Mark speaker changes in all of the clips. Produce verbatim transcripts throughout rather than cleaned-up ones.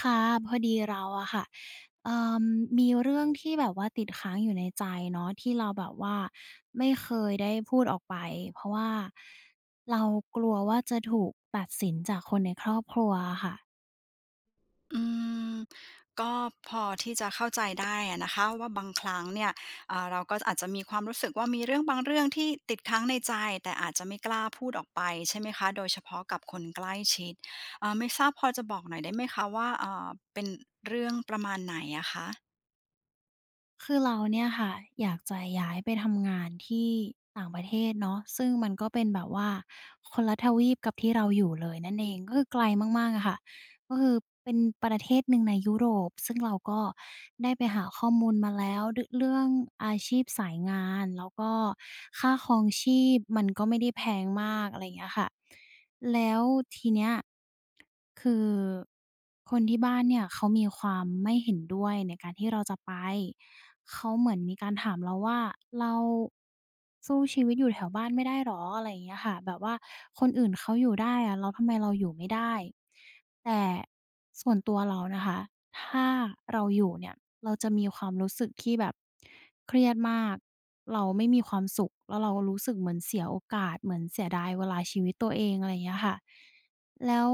Speaker 1: ค่ะพอดีเราอะค่ะเอ่อมีเรื่องที่แบบว่าติดค้างอยู่ในใจเนาะที่เราแบบว่าไม่เคยได้พูดออกไปเพราะว่าเรากลัวว่าจะถูกตัดสินจากคนในครอบครัวอะค่ะ
Speaker 2: อืมก็พอที่จะเข้าใจได้อะนะคะว่าบางครั้งเนี่ยอ่าเราก็อาจจะมีความรู้สึกว่ามีเรื่องบางเรื่องที่ติดค้างในใจแต่อาจจะไม่กล้าพูดออกไปใช่ไหมคะโดยเฉพาะกับคนใกล้ชิดอ่าไม่ทราบพอจะบอกหน่อยได้ไหมคะว่าอ่าเป็นเรื่องประมาณไหนอะคะ
Speaker 1: คือเราเนี่ยค่ะอยากจะย้ายไปทำงานที่ต่างประเทศเนาะซึ่งมันก็เป็นแบบว่าคนละทวีปกับที่เราอยู่เลยนั่นเองก็คือไกลมากๆอะค่ะก็คือเป็นประเทศหนึ่งในยุโรปซึ่งเราก็ได้ไปหาข้อมูลมาแล้วดเรื่องอาชีพสายงานแล้วก็ค่าครองชีพมันก็ไม่ได้แพงมากอะไรอย่างเงี้ยค่ะ แล้วทีเนี้ยคือคนที่บ้านเนี่ยเขามีความไม่เห็นด้วยในการที่เราจะไปเขาเหมือนมีการถามเราว่าเราสู้ชีวิตอยู่แถวบ้านไม่ได้เหรออะไรอย่างเงี้ยค่ะแบบว่าคนอื่นเขาอยู่ได้อะแล้วทำไมเราอยู่ไม่ได้แต่ส่วนตัวเรานะคะถ้าเราอยู่เนี่ยเราจะมีความรู้สึกที่แบบ เครียดมาก เราไม่มีความสุขแล้วเรารู้สึกเหมือนเสียโอกาส เหมือนเสียดายเวลาชีวิตตัวเองอะไรอย่างเงี้ยค่ะแล้ว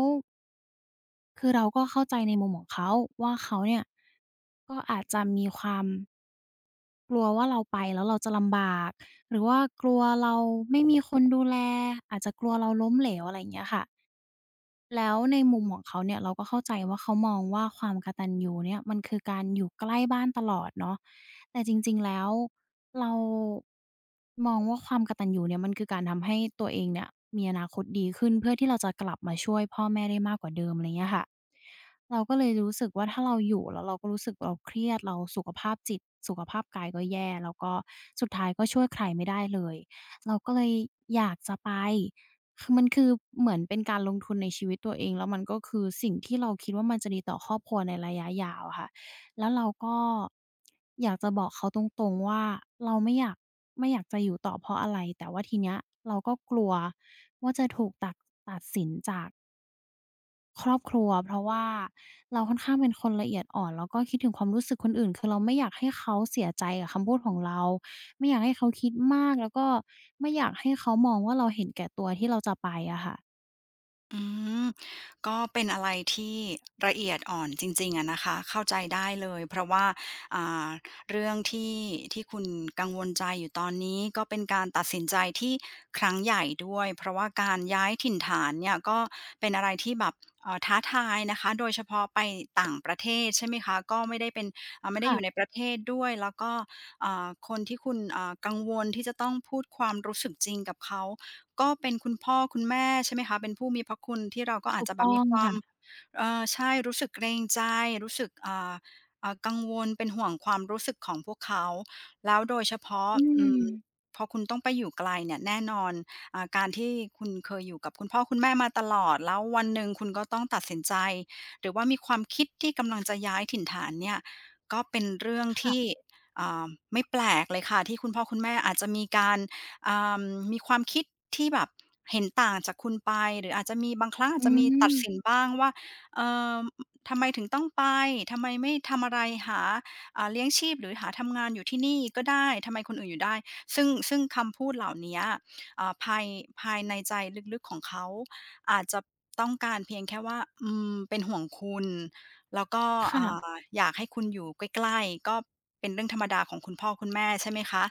Speaker 1: คือเราก็เข้าใจในมุมของเขาว่าเขาเนี่ยก็อาจจะมีความกลัวว่าเราไปแล้วเราจะลำบาก หรือว่ากลัวเราไม่มีคนดูแลอาจจะกลัวเราล้มเหลวอะไรอย่างเงี้ยค่ะ แล้วในมุมของเขาเนี่ยเราก็เข้าใจว่าเขามองว่าความกตัญญูเนี่ยมันคือการอยู่ใกล้บ้านตลอดเนาะแต่จริงๆแล้วเรามองว่าความกตัญญูเนี่ยมันคือการทำให้ตัวเองเนี่ยมีอนาคตดีขึ้นเพื่อที่เราจะกลับมาช่วยพ่อแม่ได้มากกว่าเดิมอะไรเงี้ยค่ะเราก็เลยรู้สึกว่าถ้าเราอยู่แล้วเราก็รู้สึกเราเครียดเราสุขภาพจิตสุขภาพกายก็แย่แล้วก็สุดท้ายก็ช่วยใครไม่ได้เลยเราก็เลยอยากจะไป คือมันคือเหมือนเป็นการลงทุนในชีวิตตัวเองแล้วมันก็คือสิ่งที่เราคิดว่ามันจะดีต่อครอบครัวในระยะยาวอะค่ะแล้วเราก็อยากจะบอกเขาตรงๆว่าเราไม่อยากไม่อยากจะอยู่ต่อเพราะอะไรแต่ว่าทีเนี้ยเราก็กลัวว่าจะถูกตัดตัดสินจากครอบครัวเพราะว่าเราค่อนข้างเป็นคนละเอียดอ่อนแล้วก็คิดถึงความรู้สึกคนอื่นคือเราไม่อยากให้เขาเสียใจกับคำพูดของเราไม่อยากให้เขาคิดมากแล้วก็ไม่อยากให้เขามองว่าเราเห็นแก่ตัวที่เราจะไปอะค่ะ
Speaker 2: อืมก็เป็นอะไรที่ละเอียดอ่อนจริงๆอะนะคะเข้าใจได้เลยเพราะว่าอ่าเรื่องที่ที่คุณกังวลใจอยู่ตอนนี้ก็เป็นการตัดสินใจที่ครั้งใหญ่ด้วยเพราะว่าการย้ายถิ่นฐานเนี่ยก็เป็นอะไรที่แบบเอ่อท้าทายนะคะโดยเฉพาะไปต่างประเทศใช่ไหมคะก็ไม่ได้เป็นอ่าไม่ได้อยู่ใน
Speaker 1: ค่ะ
Speaker 2: ประเทศด้วยแล้วก็อ่าคนที่คุณอ่ากังวลที่จะต้องพูดความรู้สึกจริงกับเขา ก็เป็นคุณพ่อคุณแม่ใช่ไหมคะเป็นผู้มีพระคุณที่เราก็
Speaker 1: ถู
Speaker 2: อาจ
Speaker 1: ก
Speaker 2: จะแบ
Speaker 1: ต้
Speaker 2: บ
Speaker 1: อ
Speaker 2: มี
Speaker 1: ง
Speaker 2: ความ
Speaker 1: ค่ะ
Speaker 2: เอ่อใช่รู้สึกเกรงใจรู้สึกอ่าอ่ากังวลเป็นห่วงความรู้สึกของพวกเขาแล้วโดยเฉพาะ
Speaker 1: อื
Speaker 2: อื
Speaker 1: ม
Speaker 2: มพอคุณต้องไปอยู่ไกลเนี่ยแน่นอนอ่าการที่คุณเคยอยู่กับคุณพ่อคุณแม่มาตลอดแล้ววันหนึ่งคุณก็ต้องตัดสินใจหรือว่ามีความคิดที่กำลังจะย้ายถิ่นฐานเนี่ยก็เป็นเรื่อง
Speaker 1: ค่ะ
Speaker 2: ที่อ่าไม่แปลกเลยค่ะที่คุณพ่อคุณแม่อาจจะมีการ อ่ามีความคิดที่แบบเห็นต่างจากคุณไปหรืออาจจะมีบางครั้งอา
Speaker 1: อื
Speaker 2: จจะมีตัดสิน
Speaker 1: ม
Speaker 2: บ้างว่าเอ่อทำไมถึงต้องไปทำไมไม่ทำอะไรหาอ่าเลี้ยงชีพหรือหาทำงานอยู่ที่นี่ก็ได้ทำไมคนอื่นอยู่ได้ซึ่งซึ่งคำพูดเหล่าเนี้ยอ่าภายภายในใจลึกๆของเขาอาจจะต้องการเพียงแค่ว่าอืมเป็นห่วงคุณแล้วก็อ่า
Speaker 1: ค่ะ
Speaker 2: อยากให้คุณอยู่ใกล้ๆก็เป็นเรื่องธรรมดาของคุณพ่อคุณแม่ใช่ไหมคะ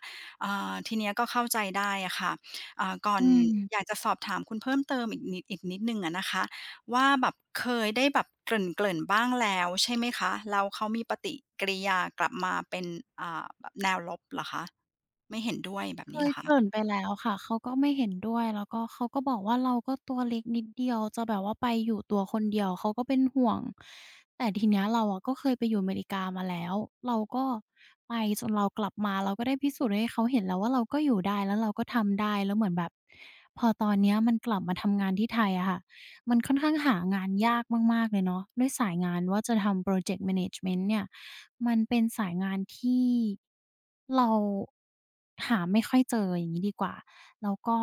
Speaker 2: อ่าทีเนี้ยก็เข้าใจได้อะค่ะอ่าก่อ
Speaker 1: อื
Speaker 2: นอยาก
Speaker 1: ม
Speaker 2: จะสอบถามคุณเพิ่มเติมอีกนิดอีกนิดหนึ่งอะนะคะว่าแบบเคยได้แบบเกริ่นๆบ้างแล้วใช่ไหมคะแล้วเขามีปฏิกิริยากลับมาเป็นอ่าแบบแนวลบเหรอคะไม่เห็นด้วยแบบ
Speaker 1: เค
Speaker 2: นี้เห
Speaker 1: ย
Speaker 2: รอ
Speaker 1: เก
Speaker 2: คะ
Speaker 1: ริ่นไปแล้วค่ะเขาก็ไม่เห็นด้วยแล้วก็เขาก็บอกว่าเราก็ตัวเล็กนิดเดียวจะแบบว่าไปอยู่ตัวคนเดียวเขาก็เป็นห่วงแต่ทีเนี้ยเราอะก็เคยไปอยู่อเมริกามาแล้วเราก็ไปจนเรากลับมาเราก็ได้พิสูจน์ให้เขาเห็นแล้วว่าเราก็อยู่ได้แล้วเราก็ทำได้แล้วเหมือนแบบพอตอนเนี้ยมันกลับมาทำงานที่ไทยอะค่ะ มันค่อนข้างหางานยากมากๆเลยเนาะด้วยสายงานว่าจะทำพรอเจกต์ management เนจเมนต์เนี่ยมันเป็นสายงานที่เราหาไม่ค่อยเจออย่างงี้ดีกว่าแล้วก็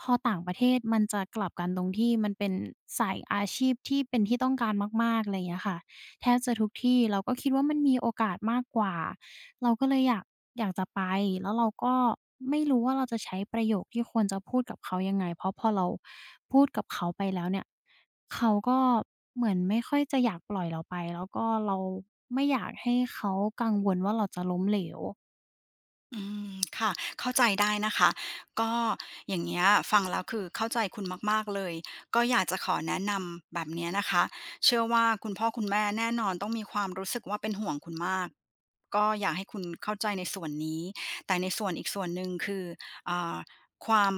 Speaker 1: พอต่างประเทศมันจะกลับกันตรงที่มันเป็นสายอาชีพที่เป็นที่ต้องการมากๆอะไรอย่างเงี้ยค่ะ แทบจะทุกที่เราก็คิดว่ามันมีโอกาสมากกว่าเราก็เลยอยากอยากจะไปแล้วเราก็ไม่รู้ว่าเราจะใช้ประโยคที่ควรจะพูดกับเขายังไงเพราะพอเราพูดกับเขาไปแล้วเนี่ยเขาก็เหมือนไม่ค่อยจะอยากปล่อยเราไปแล้วก็เราไม่อยากให้เขากังวลว่าเราจะล้มเหลว
Speaker 2: อืมค่ะเข้าใจได้นะคะก็อย่างเงี้ยฟังแล้วคือเข้าใจคุณมากๆเลยก็อยากจะขอแนะนำแบบเนี้ยนะคะเชื่อว่าคุณพ่อคุณแม่แน่นอนต้องมีความรู้สึกว่าเป็นห่วงคุณมากก็อยากให้คุณเข้าใจในส่วนนี้แต่ในส่วนอีกส่วนหนึ่งคืออ่าความ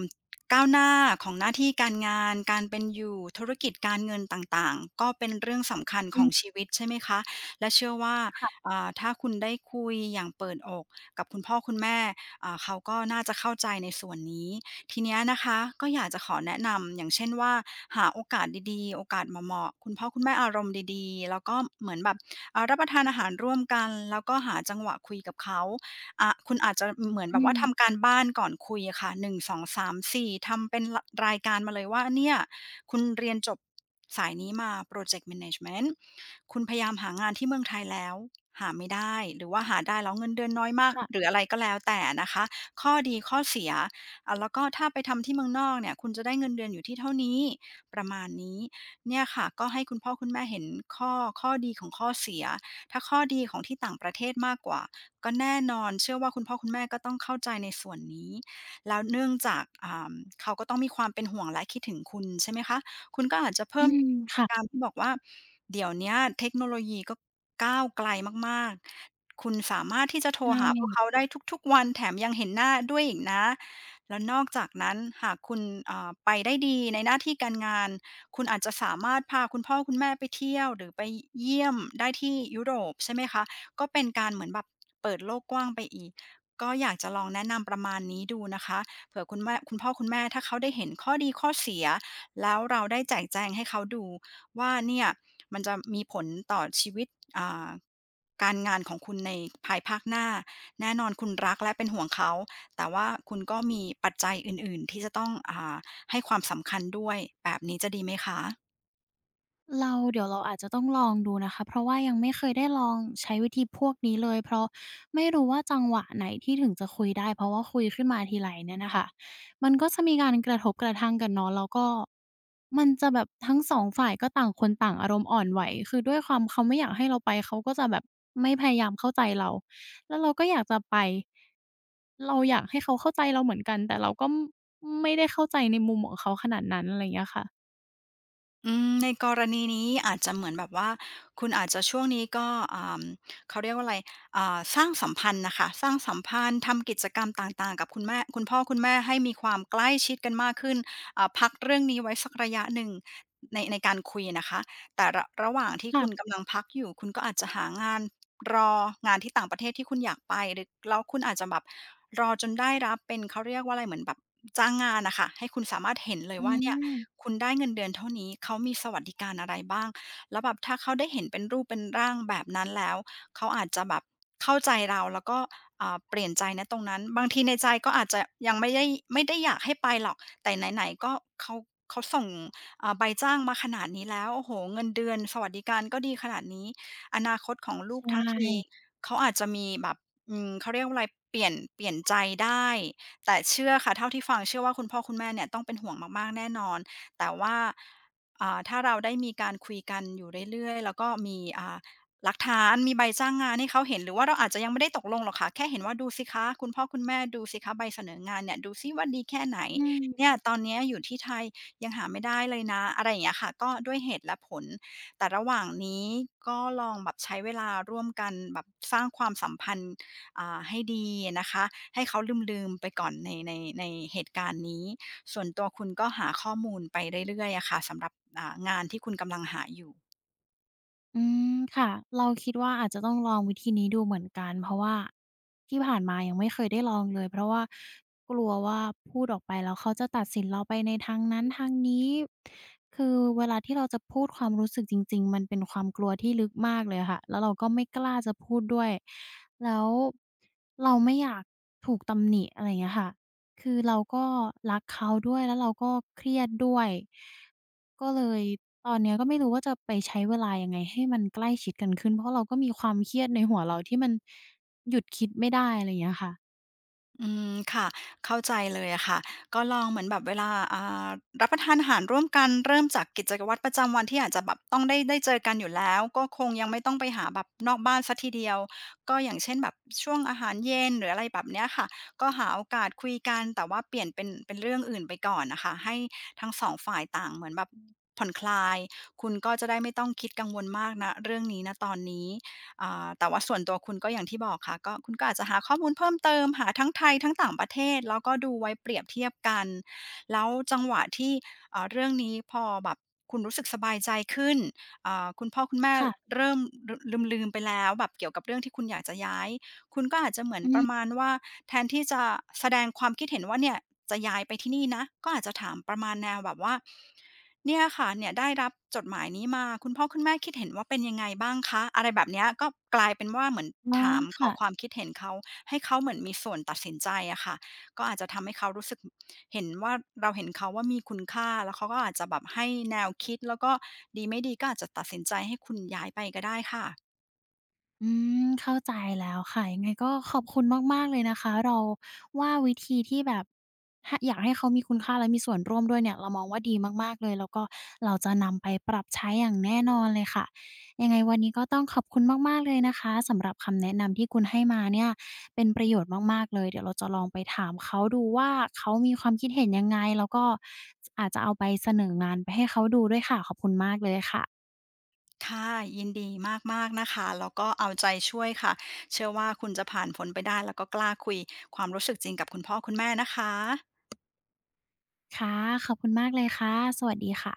Speaker 2: ก้าวหน้าของหน้าที่การงานการเป็นอยู่ธุรกิจการเงินต่างๆก็เป็นเรื่องสำคัญข
Speaker 1: อื
Speaker 2: อง
Speaker 1: ม
Speaker 2: ชีวิตใช่ไหมคะและเชื่อว่า
Speaker 1: ค่ะ
Speaker 2: อ่าถ้าคุณได้คุยอย่างเปิดอก กับคุณพ่อคุณแม่อ่าเขาก็น่าจะเข้าใจในส่วนนี้ ทีเนี้ยนะคะก็อยากจะขอแนะนำอย่างเช่นว่าหาโอกาสดีๆโอกาสเหมาะๆคุณพ่อคุณแม่อารมณ์ดีๆแล้วก็เหมือนแบบอ่ารับประทานอาหารร่วมกันแล้วก็หาจังหวะคุยกับเขาอ่ะคุณอาจจะเหมือน
Speaker 1: อื
Speaker 2: แบบว่าทำ
Speaker 1: ม
Speaker 2: การบ้านก่อนคุยอะค่ะหนึ่ง สอง สาม สี่ทำเป็นรรายการมาเลยว่าเนี่ย คุณเรียนจบสายนี้มา พรอเจกต์ เมเนจเมนต์ คุณพยายามหางานที่เมืองไทยแล้วหาไม่ได้หรือว่าหาได้แล้วเงินเดือนน้อยมากหรื
Speaker 1: ค่ะ
Speaker 2: ออะไรก็แล้วแต่นะคะข้อดีข้อเสียอ่าแล้วก็ถ้าไปทำที่เมืองนอกเนี่ยคุณจะได้เงินเดือนอยู่ที่เท่านี้ประมาณนี้เนี่ยค่ะก็ให้คุณพ่อคุณแม่เห็นข้อข้อดีของข้อเสียถ้าข้อดีของที่ต่างประเทศมากกว่าก็แน่นอนเชื่อว่าคุณพ่อคุณแม่ก็ต้องเข้าใจในส่วนนี้ แล้วเนื่องจากอ่าเขาก็ต้องมีความเป็นห่วงและคิดถึงคุณใช่ไหมคะคุณก็อาจจะ
Speaker 1: อื
Speaker 2: เพิ่ม
Speaker 1: ม
Speaker 2: การ
Speaker 1: ค่ะ
Speaker 2: ที่บอกว่าเดี๋ยวเนี้ยเทคโนโลยีก็ก้าวไกลมากๆคุณสามารถที่จะโทรหาพ
Speaker 1: ใช่
Speaker 2: วกเขาได้ทุกๆวันแถมยังเห็นหน้าด้วยอีกนะแล้วนอกจากนั้นหากคุณเอ่อไปได้ดีในหน้าที่การงานคุณอาจจะสามารถพาคุณพ่อคุณแม่ไปเที่ยวหรือไปเยี่ยมได้ที่ยุโรปใช่ไหมคะก็เป็นการเหมือนแบบเปิดโลกกว้างไปอีก ก็อยากจะลองแนะนำประมาณนี้ดูนะคะเผื่อคุณแม่คุณพ่อคุณแม่ถ้าเขาได้เห็นข้อดีข้อเสียแล้วเราได้แจกแจงให้เขาดูว่าเนี่ยมันจะมีผลต่อชีวิตอ่าการงานของคุณในภายภาคหน้าแน่นอนคุณรักและเป็นห่วงเขาแต่ว่าคุณก็มีปัจจัยอื่นๆที่จะต้องอาให้ความสำคัญด้วยแบบนี้จะดีไหมคะ
Speaker 1: เราเดี๋ยวเราอาจจะต้องลองดูนะคะเพราะว่ายังไม่เคยได้ลองใช้วิธีพวกนี้เลยเพราะไม่รู้ว่าจังหวะไหนที่ถึงจะคุยได้เพราะว่าคุยขึ้นมาทีไรเนี่ยน่ะค่ะมันก็จะมีการกระทบกระทั่งกันเนาะแล้วก็มันจะแบบทั้งสองฝ่ายก็ต่างคนต่างอารมณ์อ่อนไหวคือด้วยความเขาไม่อยากให้เราไปเขาก็จะแบบไม่พยายามเข้าใจเราแล้วเราก็อยากจะไปเราอยากให้เขาเข้าใจเราเหมือนกันแต่เราก็ไม่ได้เข้าใจในมุมของเขาขนาดนั้นอะไรอย่างเงี้ยค่ะ
Speaker 2: อืมในกรณีนี้อาจจะเหมือนแบบว่าคุณอาจจะช่วงนี้ก็อ่าเขาเรียกว่าอะไรอ่าสร้างสัมพันธ์น่ะค่ะสร้างสัมพันธ์ทำกิจกรรมต่างๆกับคุณแม่คุณพ่อคุณแม่ให้มีความใกล้ชิดกันมากขึ้นอ่าพักเรื่องนี้ไว้สักระยะหนึ่งในในการคุยนะคะแต่ระระหว่างที่คุณ
Speaker 1: ค่ะ
Speaker 2: กำลังพักอยู่คุณก็อาจจะหางาน รองานที่ต่างประเทศที่คุณอยากไปหรือแล้วคุณอาจจะแบบรอจนได้รับเป็นเขาเรียกว่าอะไรเหมือนแบบจ้างงานน่ะค่ะให้คุณสามารถเห็นเลย
Speaker 1: อื
Speaker 2: ว่าเนี่ย
Speaker 1: ม
Speaker 2: คุณได้เงินเดือนเท่านี้เขามีสวัสดิการอะไรบ้างแล้วแบบถ้าเขาได้เห็นเป็นรูปเป็นร่างแบบนั้นแล้วเขาอาจจะแบบเข้าใจเราแล้วก็อ่าเปลี่ยนใจณตรงนั้นบางทีในใจก็อาจจะยังไม่ได้ไม่ได้อยากให้ไปหรอกแต่ไหนๆก็เขาเขาส่งอ่าใบจ้างมาขนาดนี้แล้วโอ้โฮเงินเดือนสวัสดิการก็ดีขนาดนี้ อนาคตของลูก
Speaker 1: ใช่
Speaker 2: ทั้งทีเขาอาจจะมีแบบอืมเขาเรียกว่าอะไรเปลี่ยนเปลี่ยนใจได้แต่เชื่อค่ะเท่าที่ฟังเชื่อว่าคุณพ่อคุณแม่เนี่ยต้องเป็นห่วงมากๆแน่นอนแต่ว่าอ่าถ้าเราได้มีการคุยกันอยู่เรื่อยๆแล้วก็มีอ่าหลักฐานมีใบจ้างงานให้เขาเห็นหรือว่าเราอาจจะยังไม่ได้ตกลงหรอกค่ะแค่เห็นว่าดูสิคะคุณพ่อคุณแม่ดูสิคะใบเสนองานเนี่ยดูซิว่าดีแค่ไหน
Speaker 1: อืม
Speaker 2: เนี่ยตอนเนี้ยอยู่ที่ไทยยังหาไม่ได้เลยนะอะไรอย่างเงี้ยค่ะก็ด้วยเหตุและผล แต่ระหว่างนี้ก็ลองแบบใช้เวลาร่วมกันแบบสร้างความสัมพันธ์อ่าให้ดีอะนะคะให้เขาลืมๆไปก่อนในในในเหตุการณ์นี้ส่วนตัวคุณก็หาข้อมูลไปเรื่อยๆอะค่ะสำหรับอ่างานที่คุณกำลังหาอยู่
Speaker 1: อืมค่ะเราคิดว่าอาจจะต้องลองวิธีนี้ดูเหมือนกันเพราะว่าที่ผ่านมายังไม่เคยได้ลองเลยเพราะว่ากลัวว่าพูดออกไปแล้วเขาจะตัดสินเราไปในทางนั้นทางนี้คือเวลาที่เราจะพูดความรู้สึกจริงๆมันเป็นความกลัวที่ลึกมากเลยค่ะแล้วเราก็ไม่กล้าจะพูดด้วยแล้วเราไม่อยากถูกตำหนิอะไรอย่างเงี้ยค่ะคือเราก็รักเขาด้วยแล้วเราก็เครียดด้วย ก็เลยตอนเนี้ยก็ไม่รู้ว่าจะไปใช้เวลายังไงให้มันใกล้ชิดกันขึ้นเพราะเราก็มีความเครียดในหัวเราที่มันหยุดคิดไม่ได้อะไรอย่างเงี้ยค่ะ
Speaker 2: อืมค่ะเข้าใจเลยอะค่ะก็ลองเหมือนแบบเวลาอ่ารับประทานอาหารร่วมกันเริ่มจากกิจวัตรประจำวันที่อาจจะแบบต้องได้ได้เจอกันอยู่แล้วก็คงยังไม่ต้องไปหาแบบนอกบ้านซะทีเดียวก็อย่างเช่นแบบช่วงอาหารเย็นหรืออะไรแบบเนี้ยค่ะก็หาโอกาสคุยกันแต่ว่าเปลี่ยนเป็นเป็นเรื่องอื่นไปก่อนนะคะให้ทั้งสองฝ่ายต่างเหมือนแบบผ่อนคลายคุณก็จะได้ไม่ต้องคิดกังวลมากนะเรื่องนี้นะตอนนี้ อ่าแต่ว่าส่วนตัวคุณก็อย่างที่บอกค่ะก็คุณก็อาจจะหาข้อมูลเพิ่มเติมหาทั้งไทยทั้งต่างประเทศแล้วก็ดูไว้เปรียบเทียบกันแล้วจังหวะที่เอ่อเรื่องนี้พอแบบคุณรู้สึกสบายใจขึ้นอ่าคุณพ่อคุณแม่
Speaker 1: ค่ะ
Speaker 2: เริ่มลืมๆไปแล้วแบบเกี่ยวกับเรื่องที่คุณอยากจะย้ายคุณก็อาจจะเหมือน
Speaker 1: อื
Speaker 2: ป
Speaker 1: ม
Speaker 2: ระมาณว่า แทนที่จะแสดงความคิดเห็นว่าเนี่ยจะย้ายไปที่นี่นะ ก็อาจจะถามประมาณแนวแบบว่าเนี่ยค่ะเนี่ยได้รับจดหมายนี้มาคุณพ่อคุณแม่คิดเห็นว่าเป็นยังไงบ้างคะอะไรแบบเนี้ยก็กลายเป็นว่าเหมือน
Speaker 1: อ๋อ
Speaker 2: ถามขอ
Speaker 1: ค่ะ
Speaker 2: ความคิดเห็นเขาให้เขาเหมือนมีส่วนตัดสินใจอะค่ะก็อาจจะทำให้เขารู้สึกเห็นว่าเราเห็นเขาว่ามีคุณค่าแล้วเขาก็อาจจะแบบให้แนวคิดแล้วก็ดีไม่ดีก็อาจจะตัดสินใจให้คุณย้ายไปก็ได้ค่ะ
Speaker 1: อืมเข้าใจแล้วค่ะยังไงก็ขอบคุณมากๆเลยนะคะเราว่าวิธีที่แบบหอยากให้เขามีคุณค่าและมีส่วนร่วมด้วยเนี่ยเรามองว่าดีมากๆเลยแล้วก็เราจะนำไปปรับใช้อย่างแน่นอนเลยค่ะยังไงวันนี้ก็ต้องขอบคุณมากๆเลยนะคะสำหรับคำแนะนำที่คุณให้มาเนี่ยเป็นประโยชน์มากๆเลยเดี๋ยวเราจะลองไปถามเขาดูว่าเขามีความคิดเห็นยังไงแล้วก็จอาจจะเอาไปเสนองานไปให้เขาดูด้วยค่ะขอบคุณมากเลยค่ะ
Speaker 2: ค่ะยินดีมากๆนะคะแล้วก็เอาใจช่วยค่ะเชื่อว่าคุณจะผ่านพ้นไปได้แล้วก็กล้าคุยความรู้สึกจริงกับคุณพ่อคุณแม่นะคะ
Speaker 1: ค่ะขอบคุณมากเลยค่ะสวัสดีค่ะ